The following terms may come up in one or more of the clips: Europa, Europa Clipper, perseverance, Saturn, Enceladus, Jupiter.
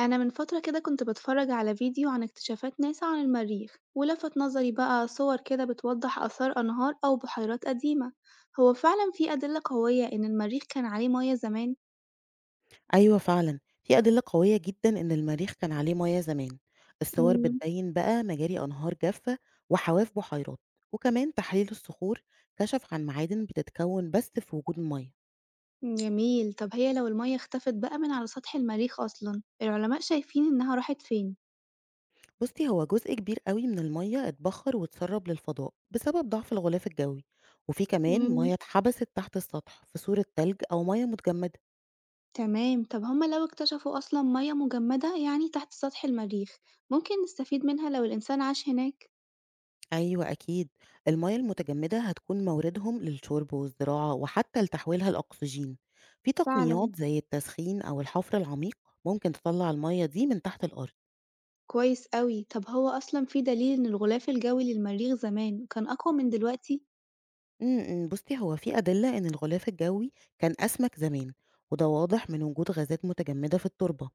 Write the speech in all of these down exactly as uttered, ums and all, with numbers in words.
أنا من فترة كده كنت بتفرج على فيديو عن اكتشافات ناسا عن المريخ، ولفت نظري بقى صور كده بتوضح آثار أنهار أو بحيرات قديمة. هو فعلا في أدلة قوية إن المريخ كان عليه مياه زمان؟ أيوه فعلًا، في أدلة قوية جدًا إن المريخ كان عليه مَيَّة زمان، الصور مم. بتبين بقى مجاري أنهار جافة وحواف بحيرات، وكمان تحليل الصخور كشف عن معادن بتتكون بس في وجود المَيَّة. جميل. طب هي لو المياه اختفت بقى من على سطح المريخ أصلا، العلماء شايفين إنها راحت فين؟ بُصّي، هو جزء كبير أوي من المَيَّة اتبخر واتسرب للفضاء بسبب ضعف الغلاف الجوي، وفي كمان مم. مَيَّة اتحبست تحت السطح في صورة تلج أو مَيَّة متجمدة. تمام. طب هما لو اكتشفوا أصلا مياه مجمدة يعني تحت سطح المريخ، ممكن نستفيد منها لو الإنسان عاش هناك؟ أيوه أكيد، المَيّة المتجمدة هتكون موردهم للشرب والزراعة وحتى لتحويلها لأكسجين، في فعلا. تقنيات زي التسخين أو الحفر العميق ممكن تطلّع المَيّة دي من تحت الأرض. كويس أوي. طب هو أصلًا في دليل إن الغلاف الجوي للمريخ زمان كان أقوى من دلوقتي؟ إمم، إمم، بُصّي، هو في أدلة إن الغلاف الجوي كان أسمك زمان، وده واضح من وجود غازات متجمدة في التربة،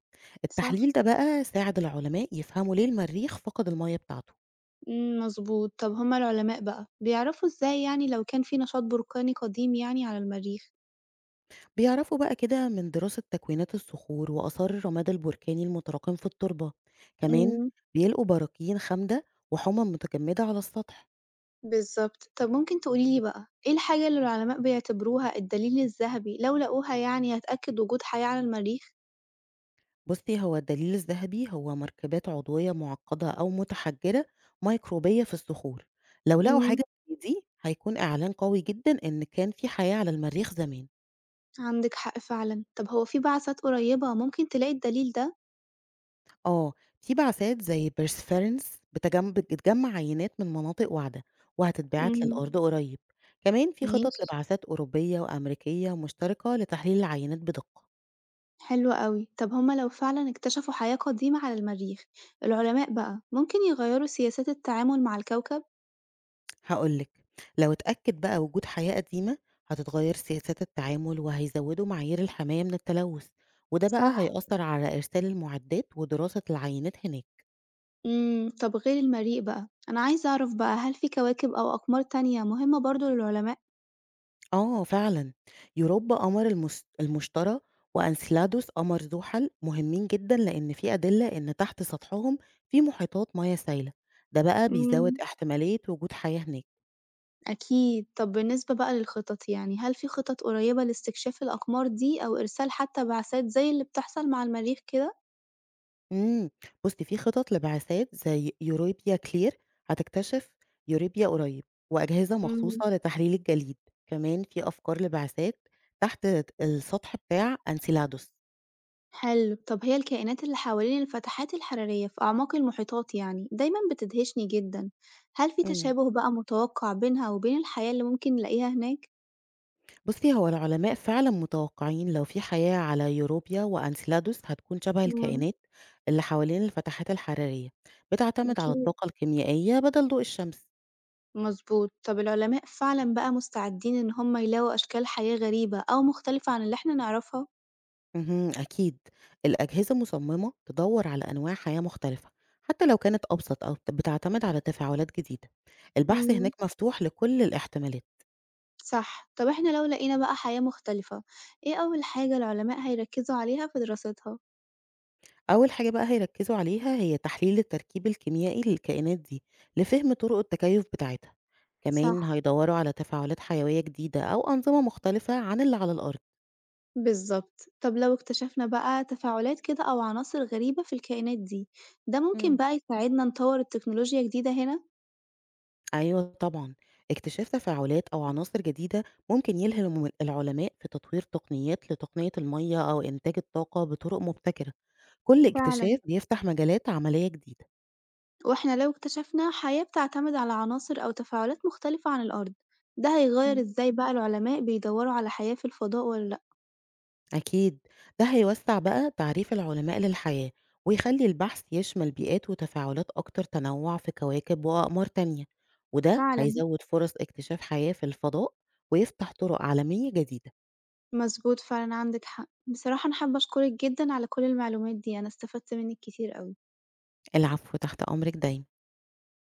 صح. التحليل ده بقى ساعد العلماء يفهموا ليه المريخ فقد المَيّة بتاعته. إمم، مضبوط. طب هم العلماء بقى بيعرفوا إزاي، يعني لو كان في نشاط بركاني قديم يعني على المريخ؟ بيعرفوا بقى كده من دراسة تكوينات الصخور وآثار الرماد البركاني المتراكم في التربة، كمان إمم. بيلقوا براكين خامدة وحمم متجمدة على السطح. بالضبط. طب ممكن تقولي لي بقى، إيه الحاجة اللي العلماء بيعتبروها الدليل الذهبي لو لقوها يعني هتأكد وجود حياة على المريخ؟ بصي، هو الدليل الذهبي هو مركبات عضوية معقدة أو متحجرة ميكروبية في الصخور، لو لقوا إمم، حاجة زي دي هيكون إعلان قوي جدا إن كان في حياة على المريخ زمان. عندِك حق فعلًا. طب هو في بعثات قريبة ممكن تلاقي الدليل ده؟ آه، في بعثات زي perseverance بتجم بتجمّع عينات من مناطق واعدة، وهتتبعت إمم، للأرض قريب، كمان في خطط ماشي. لبعثات أوروبية وأمريكية مشتركة لتحليل العينات بدقة. حلو أوي. طب هُم لو فعلًا اكتشفوا حياة قديمة على المريخ، العلماء بقى ممكن يغيّروا سياسات التعامل مع الكوكب؟ هاقول لك، لو اتأكد بقى وجود حياة قديمة هتتغير سياسات التعامل وهيزودوا معايير الحماية من التلوث، وده بقى صح. هيأثر على إرسال المعدات ودراسة العينات هناك. إمم، طب غير المريء بقى، أنا عايزة أعرف بقى، هل في كواكب أو أقمار تانية مهمة برضه للعلماء؟ آه فعلًا، يوروبا قمر المس المشتري وأنسيلادوس قمر زحل مهمين جدًا لأن في أدلة إن تحت سطحهم في محيطات مياه سايلة، ده بقى بيزود امم. احتمالية وجود حياة هناك. أكيد. طب بالنسبة بقى للخطط يعني، هل في خطط قريبة لاستكشاف الأقمار دي أو إرسال حتى بعثات زي اللي بتحصل مع المريخ كده؟ إمم، بُص، في خطط لبعثات زي يوروبيا كلير هتكتشف يوروبيا قريب، وأجهزة امم. مخصوصة لتحليل الجليد، كمان في أفكار لبعثات تحت السطح بتاع أنسيلادوس. حلو. طب هي الكائنات اللي حوالين الفتحات الحرارية في أعماق المحيطات يعني دايمًا بتدهشني جدًا، هل في إمم. تشابه بقى متوقع بينها وبين الحياة اللي ممكن نلاقيها هناك؟ بُصّي، هو العلماء فعلًا متوقعين لو في حياة على يوروبيا وأنسيلادوس هتكون شبه مم. الكائنات اللي حوالين الفتحات الحرارية، بتعتمد على أكيد. الطاقة الكيميائية بدل ضوء الشمس. مظبوط. طب العلماء فعلًا بقى مستعدين إن هم يلاقوا أشكال حياة غريبة أو مختلفة عن اللي احنا نعرفها؟ اهم، أكيد، الأجهزة مصممة تدوّر على أنواع حياة مختلفة حتى لو كانت أبسط أو بتعتمد على تفاعلات جديدة. البحث مم. هناك مفتوح لكل الاحتمالات. صح. طب احنا لو لقينا بقى حياة مختلفة، ايه أول حاجة العلماء هيركزوا عليها في دراستها؟ أول حاجة بقى هيركزوا عليها هي تحليل التركيب الكيميائي للكائنات دي لفهم طرق التكيف بتاعتها، صح. كمان هيدوروا على تفاعلات حيوية جديدة أو أنظمة مختلفة عن اللي على الأرض. بالظبط. طب لو اكتشفنا بقى تفاعلات كده أو عناصر غريبة في الكائنات دي، ده ممكن مم. بقى يساعدنا نطور التكنولوجيا جديدة هنا؟ أيوة طبعا، اكتشاف تفاعلات أو عناصر جديدة ممكن يلهم العلماء في تطوير تقنيات لتقنية المية أو إنتاج الطاقة بطرق مبتكرة، كل اكتشاف فعلا. بيفتح مجالات عملية جديدة. واحنا لو اكتشفنا حياة بتعتمد على عناصر أو تفاعلات مختلفة عن الأرض، ده هيغير ازاي بقى العلماء بيدوروا على حياة في الفضاء ولا لأ؟ أكيد، ده هيوسع بقى تعريف العلماء للحياة ويخلي البحث يشمل بيئات وتفاعلات أكتر تنوع في كواكب وأقمار تانية، وده فعلا. هيزود فرص اكتشاف حياة في الفضاء ويفتح طرق عالمية جديدة. مظبوط. فعلا عندك حق. بصراحة أنا حابة أشكرك جدا على كل المعلومات دي، أنا استفدت منك كتير أوي. العفو، تحت أمرك دايما.